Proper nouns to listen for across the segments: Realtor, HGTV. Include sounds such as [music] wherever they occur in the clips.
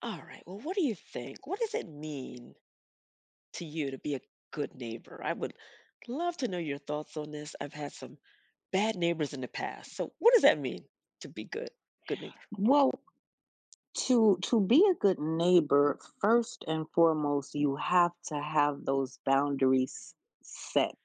All right. Well, what do you think? What does it mean to you to be a good neighbor? I would love to know your thoughts on this. I've had some bad neighbors in the past. So, what does that mean to be good? Good neighbor. Well, to be a good neighbor, first and foremost, you have to have those boundaries set.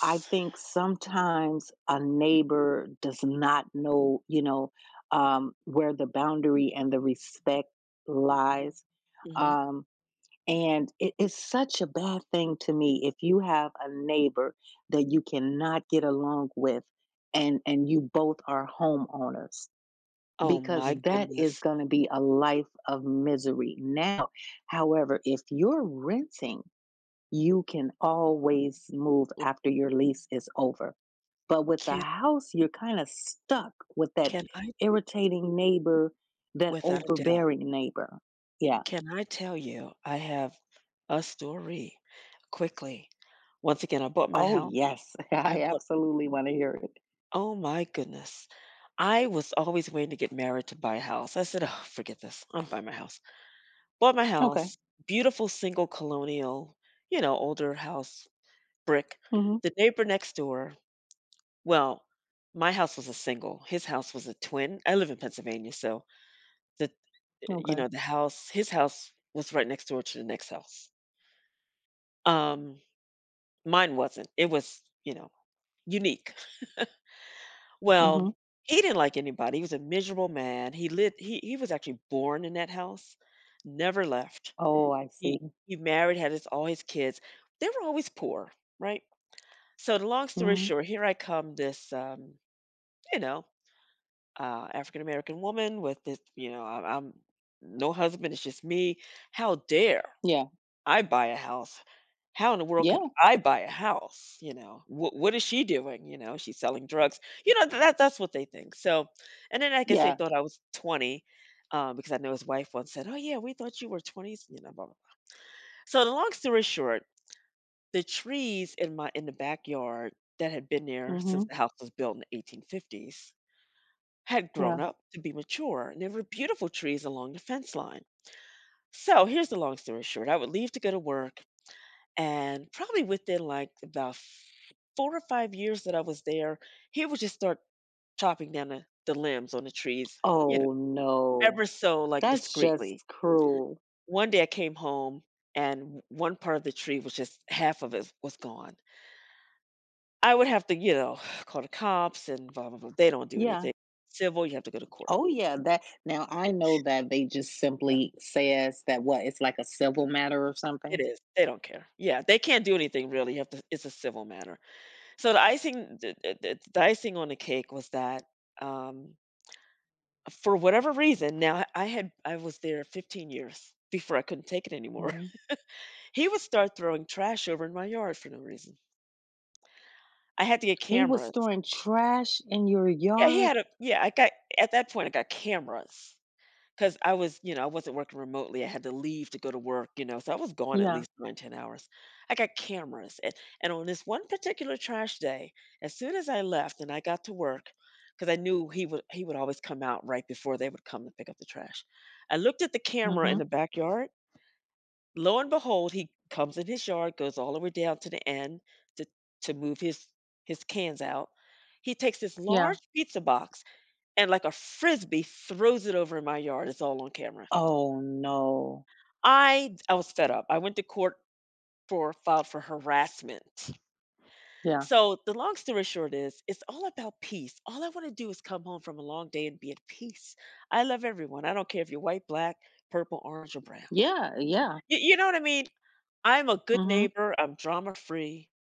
I think sometimes a neighbor does not know, where the boundary and the respect lies. Hmm. Um, and it is such a bad thing to me if you have a neighbor that you cannot get along with and you both are homeowners, Oh because my that is goodness. going to be a life of misery. Now, however, if you're renting, you can always move L- after your lease is over. But with the Can house, you're kind of stuck with that can I irritating neighbor, that without a doubt, overbearing neighbor. Yeah. can I tell you I have a story quickly. Once again, I bought my Oh, house. yes. [laughs] I I bought absolutely wanna hear it. Oh my goodness. I was always waiting to get married to buy a house. I said, oh, forget this. I'm buying my house. Bought my Okay. house, beautiful single colonial, you know, older house, brick. Mhm. The neighbor next door, well, my house was a single. His house was a twin. I live in Pennsylvania, so the Okay. The house, his house was right next door to the next house. Um, mine wasn't. It was unique. Well, Mhm. he didn't like anybody, he was a miserable man, he lived he was actually born in that house, never left. Oh, I see. He he married, had his all his kids. They were always poor, right? So the long story Mhm. short, here I come, this, you know, African American woman with this, I'm no husband, it's just me. How dare? Yeah. I buy a house. How in the world can Yeah. [laughs] I buy a house? You know, what is she doing? You know, she's selling drugs. You know, that's what they think. So, and then I guess they Yeah. thought I was 20, because I know his wife once said, "Oh yeah, we thought you were 20s." You know, blah, blah, blah. So the long story short, the trees in my in the backyard that had been there since Mhm. the house was built in the 1850s had Yeah. grown up to be mature, and there were beautiful trees along the fence line. So here's the long story short: I would leave to go to work. And probably within like about 4 or 5 years that I was there, he would just start chopping down the limbs on the trees, you know, Oh, no. ever so like That's discreetly. just cruel. One day I came home and one part of the tree was just half of it was gone. I would have to [sighs] call the cops and blah, blah, blah. They don't do Yeah. anything. Civil, you have to go to court. Oh, yeah. That, now I know that they just Yeah. simply says that, what, it's like a Yeah. civil matter or It something? is. They don't care. Yeah, they can't do anything really. You have to. It's a civil matter. So the icing, the icing on the cake was that um, for whatever reason, now I was there 15 years before I couldn't take it anymore. Mhm. [laughs] He would start throwing trash over in my yard for no reason. I had to get He was cameras. storing trash in your Yeah, he had yard? a yeah, I got at that point I got cameras. 'Cause I wasn't working remotely, I had to leave to go to work so I was gone at Yeah. least 9, 10 hours. I got cameras, and on this one particular trash day, as soon as I left and I got to work, because I knew he would always come out right before they would come to pick up the trash. I looked at the camera in Mhm. the backyard, lo and behold, he comes in his yard, goes all the way down to the end to move his cans out. He takes this Yeah. large pizza box and, like a Frisbee, throws it over in my yard. It's all on camera. Oh, no. I was fed up. I went to court, for filed for harassment. Yeah. So the long story short is it's all about peace. All I want to do is come home from a long day and be at peace. I love everyone. I don't care if you're white, black, purple, orange, or brown. Yeah, yeah. You know what I mean? I'm a good Mhm. neighbor. I'm drama free.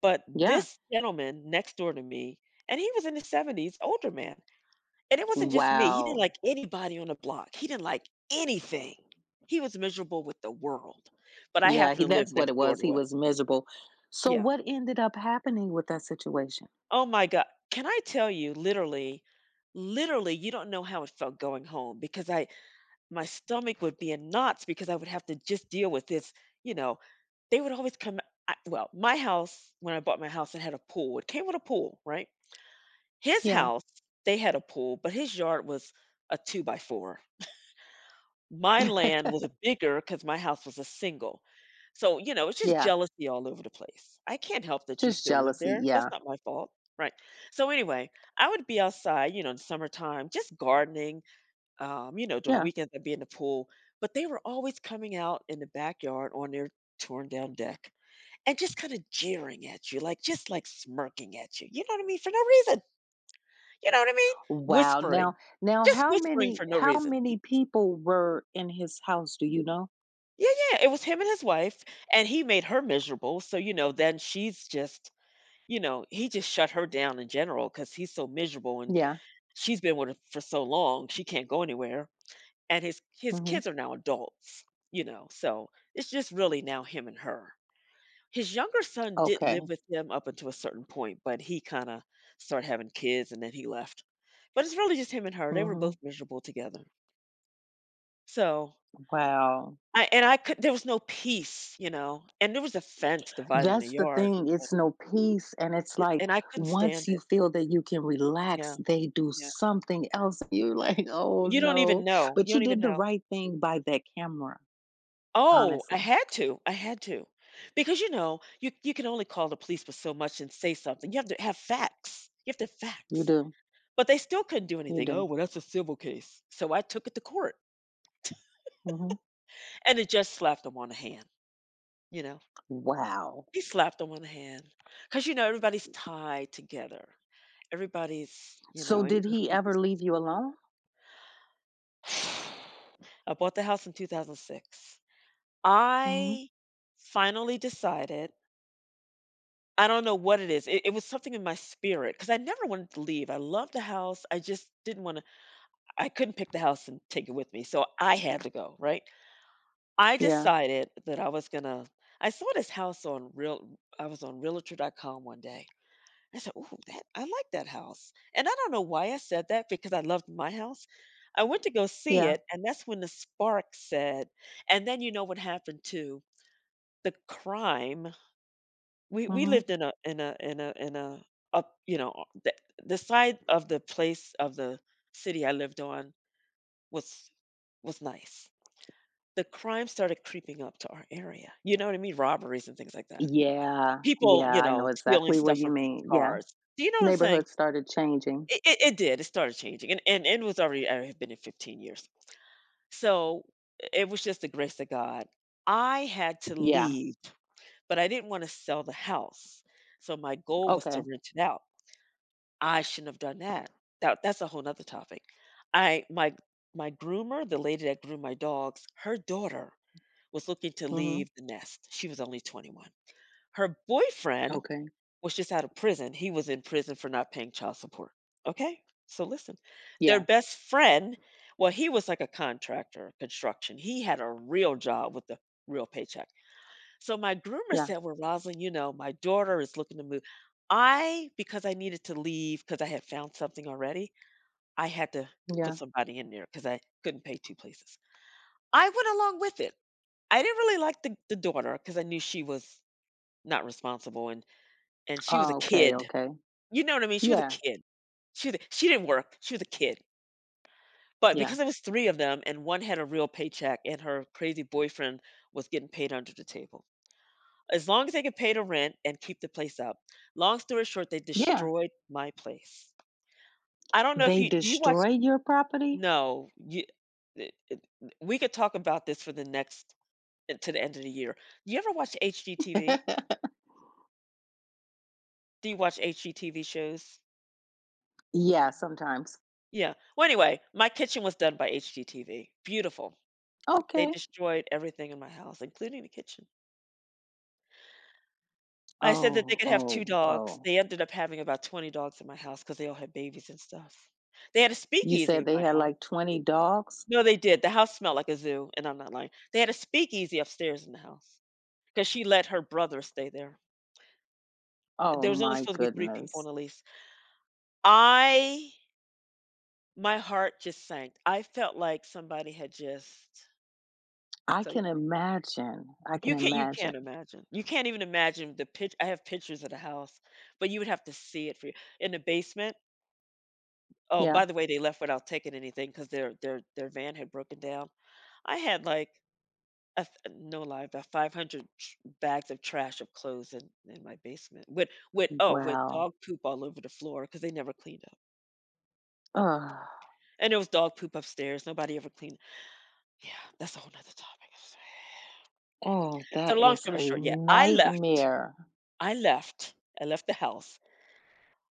But Yeah. this gentleman next door to me, and he was in his 70s, older man. And it wasn't just me. He didn't Wow. like anybody on the block. He didn't like anything. He was miserable with the world. But I Yeah, happen he, to live that's what next it door was, he to him. was miserable. So Yeah. what ended up happening with that situation? Oh my god. Can I tell you, literally you don't know how it felt going home, because I my stomach would be in knots because I would have to just deal with this, you know. They would always come I, well, my house, when I bought my house, it had a pool. It came with a pool, right? His Yeah. house, they had a pool, but his yard was a 2 by 4. My land [laughs] was bigger because my house was a single. So, you know, it's just Yeah, jealousy all over the place. I can't help that you just still live jealousy, there. That's yeah, not my fault, right? So anyway, I would be outside, you know, in the summertime, just gardening. During the yeah. weekends, I'd be in the pool, but they were always coming out in the backyard on their torn down deck and just kind of jeering at you, like just like smirking at you. You know what I mean? For no reason. You know what I mean? Wow, Whispering. now, now Just how whispering for many no how reason. many people were in his house, do you know? Yeah, yeah, it was him and his wife, and he made her miserable, so then she's just you know, he just shut her down in general because he's so miserable, and Yeah, she's been with him for so long, she can't go anywhere, and his mhm. kids are now adults, so it's just really now him and her. His younger son did live Okay, with them up until a certain point, but he kinda started having kids, and then he left. But it's really just him and her, they were both mhm, miserable together. So wow. I and I could there was no peace, and there was a fence dividing the That's the yard, thing. but It's no peace. And it's it like, and I couldn't stand once you it. feel that you can relax, Yeah, they do yeah. something else. You're like, oh You don't even no. know, But you you don't even did the know. right thing by that camera, Oh, I honestly. had to, I had to. Because you can only call the police for so much and say something. You have to have facts. You have to have You facts. do. But they still couldn't do You anything. "Oh, do. well, that's a civil case." So I took it to court, Hmm. and it just slapped him on the hand, you know? Wow. He slapped him on the hand, because everybody's tied together. Everybody'sSo in did he cahoots. ever leave you alone? [sighs] I bought the house in 2006. Hmm. I finally decided, I don't know what it is. It was something in my spirit because I never wanted to leave. I loved the house. I just didn't want to, I couldn't pick the house and take it with me. So I had to go, right? I Yeah. decided that I was going to, I saw this house on I was on Realtor.com one day. I said, "Ooh, that I like that house." And I don't know why I said that because I loved my house. I went to go see Yeah. it, and that's when the spark said. And then you know what happened too, the crime, we Hmm. lived in a up, o the side of the place of the city I lived on was nice. The crime started creeping up to our area, you know what I mean? Robberies and things like that. Yeah. People, Yeah, I know stealing exactly stuff what you from people's mean. Yeah. cars. Do you know what I'm saying? Neighborhood started changing. It did, it started changing, and and it was already I had been in 15 years. So, it was just the grace of God. I had to Yeah. leave, but I didn't wanna sell the house, so my goal was to Okay. rent it out. I shouldn't have done that. That's a whole whole 'nother topic. I my my groomer, the lady that groomed my dogs, her daughter was looking to Hmm. leave the nest. She was only 21. Her boyfriend Okay. was just out of prison. He was in prison for not paying child support. Okay. So listen, their Yeah. best friend, well, he was like a contractor, construction. He had a real job with a real paycheck. So my groomer Yeah. said, "Well, Rosalind, my daughter is looking to move." Because I needed to leave because I had found something already, I had to put Yeah. somebody in there because I couldn't pay two places. I went along with it. I didn't really like the daughter because I knew she was not responsible, and she was a Oh, okay, kid. okay. You know what I mean? She was a Yeah, kid. She didn't work, she was a kid. But yeah, because it was 3 of them and one had a real paycheck and her crazy boyfriend was getting paid under the table. As long as they could pay the rent and keep the place up. Long story short, they yeah. destroyed my place. I don't know if They you do you watch destroy your property? No, you it we could talk about this for the next to the end of the year. You ever watch HGTV? [laughs] Do you watch HGTV shows? Yeah, sometimes. Yeah. Well, anyway, my kitchen was done by HGTV. Beautiful. They Okay. destroyed everything in my house, including the kitchen. I said that they Oh, could have 2 oh, dogs. oh. They ended up having about 20 dogs in my house because they all had babies and stuff. They had a You speakeasy said in they my had house. like 20 dogs? No, they did. The house smelled like a zoo, and I'm not lying. They had a speakeasy upstairs in the house because she let her brother stay there. Oh There was only my supposed to be 3 people on goodness. the lease. I, my heart just sank. I felt like somebody had just I so, can yeah. imagine. I can You can't you imagine. can't imagine. You can't even imagine the pitch. I have pictures of the house, but you would have to see it for you, in the basement. Oh, Yeah. by the way, they left without taking anything because their van had broken down. I had, like, a th no lie, about 500 tr bags of trash, of clothes in my basement with oh, with Wow. dog poop all over the floor because they never cleaned up, Oh, and there was dog poop upstairs, nobody ever cleaned. Yeah, that's a whole nother topic. oh, So that long is story a short, yeah, I left nightmare. I left I left the house.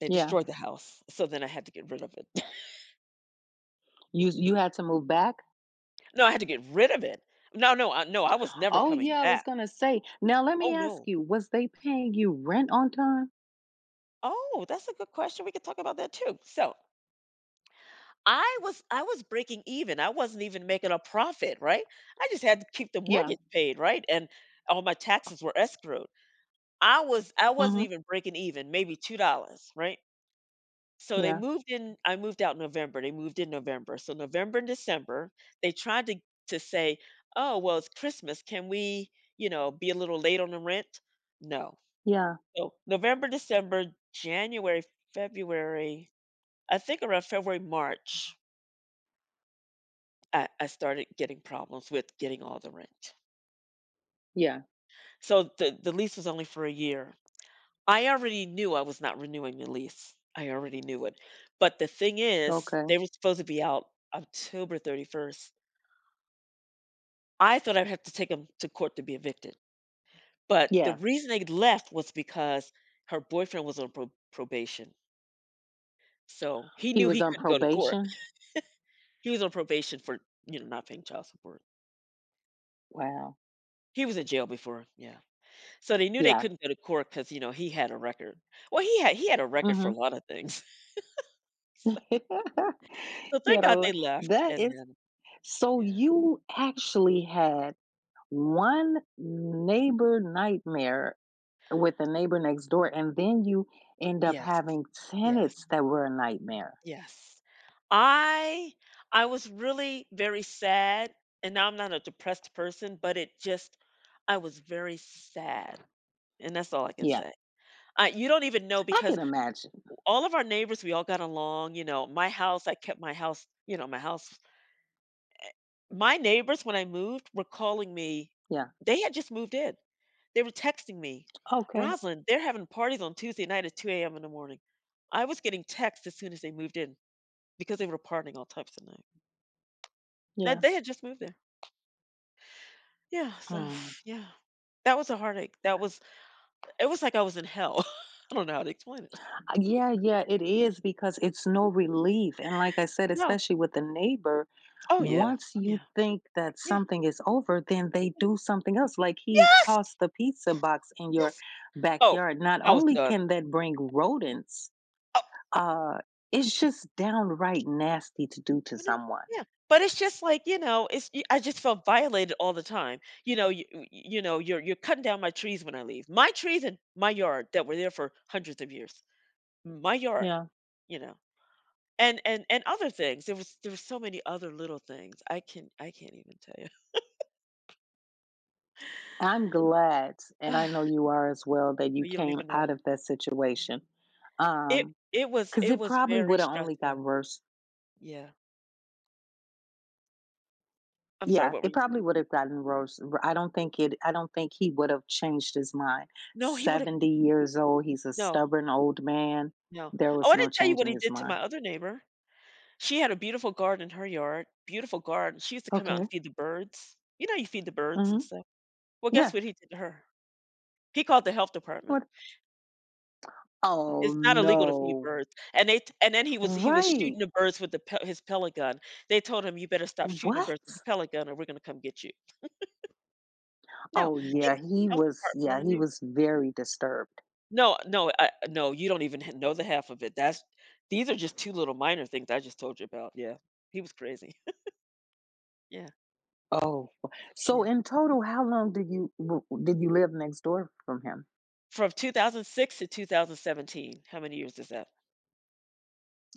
They Yeah. destroyed the house, so then I had to get rid of it. [laughs] You had to move back? No, I had to get rid of it. No, no, I no, I was never Oh coming yeah, I was back. gonna say. Now let Oh, me ask no. you, was they paying you rent on time? Oh, that's a good question, we could talk about that too. So, I was breaking even, I wasn't even making a profit, right? I just had to keep the Yeah. mortgage paid, right? And all my taxes were escrowed. I wasn't Mm-hmm. even breaking even, maybe $2, right? So they Yeah. moved in, I moved out in November, they moved in November. So November and December, they tried to say, "Oh, well, it's Christmas. Can we, you know, be a little late on the rent?" No. Yeah. So November, December, January, February, I think around February, March, I started getting problems with getting all the rent. Yeah, So the lease was only for a year. I already knew I was not renewing the lease. I already knew it. But the thing is, they okay. were supposed to be out October 31st. I thought I'd have to take 'em to court to be evicted, but the Yeah, reason they left was because her boyfriend was on probation, so he he knew he was on couldn't go to court. probation? [laughs] He was on probation for, you know, not paying child support. Wow, He was in jail before, yeah. So they knew they yeah, couldn't go to court because, you know, he had a record. Well, he had a record for a mhm. lot of things. [laughs] So [laughs] so Yeah, thank the God la they [laughs] left, that and is, then so yeah. you actually had 1 neighbor nightmare with the neighbor next door, and then you end up Yes. having Yes. tenants that were a nightmare. Yes. I I was really very sad, and now I'm not a depressed person, but it just, I was very sad, and that's all I can Yeah, say. I, you don't even know, I because can imagine. all of our neighbors, we all got along, you know, my house, I kept my house, you know, my house. My neighbors, when I moved, were calling me. Yeah, They had just moved in. They were texting me, okay, "Rosalind, they're having parties on Tuesday night at 2 a.m. in the morning." I was getting texts as soon as they moved in because they were partying all types of nights. That yeah, they had just moved there. Yeah, so hmm. [sighs] yeah. That was a heartache. That was, it was like I was in hell. [laughs] I don't know how to explain it. Yeah, yeah, it is, because it's no relief, and like I said, No. especially with the neighbor, Oh, yeah. once Oh, you yeah. think that Yeah. something is over, then they do something else. Like he Yes! tossed the pizza box in your Yes! Oh, backyard. Not I was only done. can that bring rodents, Oh, uh, it's just downright nasty to do to you know someone. yeah. But it's just like, you know, it's y I just felt violated all the time. You know, you know, "You're cutting down my trees when I leave." My trees in my yard that were there for hundreds of years. My yard, Yeah. you know? And other things. There were so many other little things. I can't even tell I'm glad, you. and I know [sighs] you are as well, that So you you don't came even know. out of that situation. It Um, it was because it [laughs] probably very would have only got stressful. worse. Yeah. I'm sorry, Yeah, what were it you saying? probably would have gotten worse. R I don't think it I don't think he would have changed his mind. No, he would've 70 years old, he's a no, stubborn old man. no. There Oh, was I no didn't tell you what changing he his did to mind. my other neighbor. She had a beautiful garden in her yard, beautiful garden. She used to come out and Okay. feed the birds. You know, you feed the birds and Mhm. stuff. Well, guess Yeah. what he did to her? He called the health department. What? Oh, It's not illegal to feed no. birds, and they t and then he was shooting Right. the birds with the pe his pellet gun. They told him, "You better stop shooting the What? birds with the pellet gun, or we're gonna come get you." No, Oh, he yeah, he health was, department on yeah, the he news. was very disturbed. No, no, I no, you don't even h know the half of it. That's, these are just 2 little minor things I just told you about. Yeah, he was crazy. [laughs] Yeah, Oh, so yeah. in total, how long did you w did you live next door from him? From 2006 to 2017. How many years is that?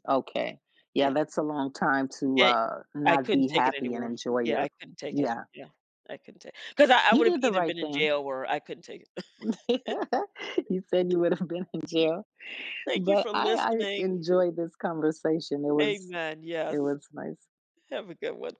Okay. Yeah, Yeah, that's a long time to and I not couldn't be take it happy and anymore. enjoy Yeah, I your couldn't take it. yeah. Yeah, I couldn't take 'cause I You would've did the either been right in thing. jail or I couldn't take it. [laughs] You said you would have been in jail. [laughs] Thank you But for I listening. enjoyed this conversation. It was, Amen, it yes. was nice. Have a good one.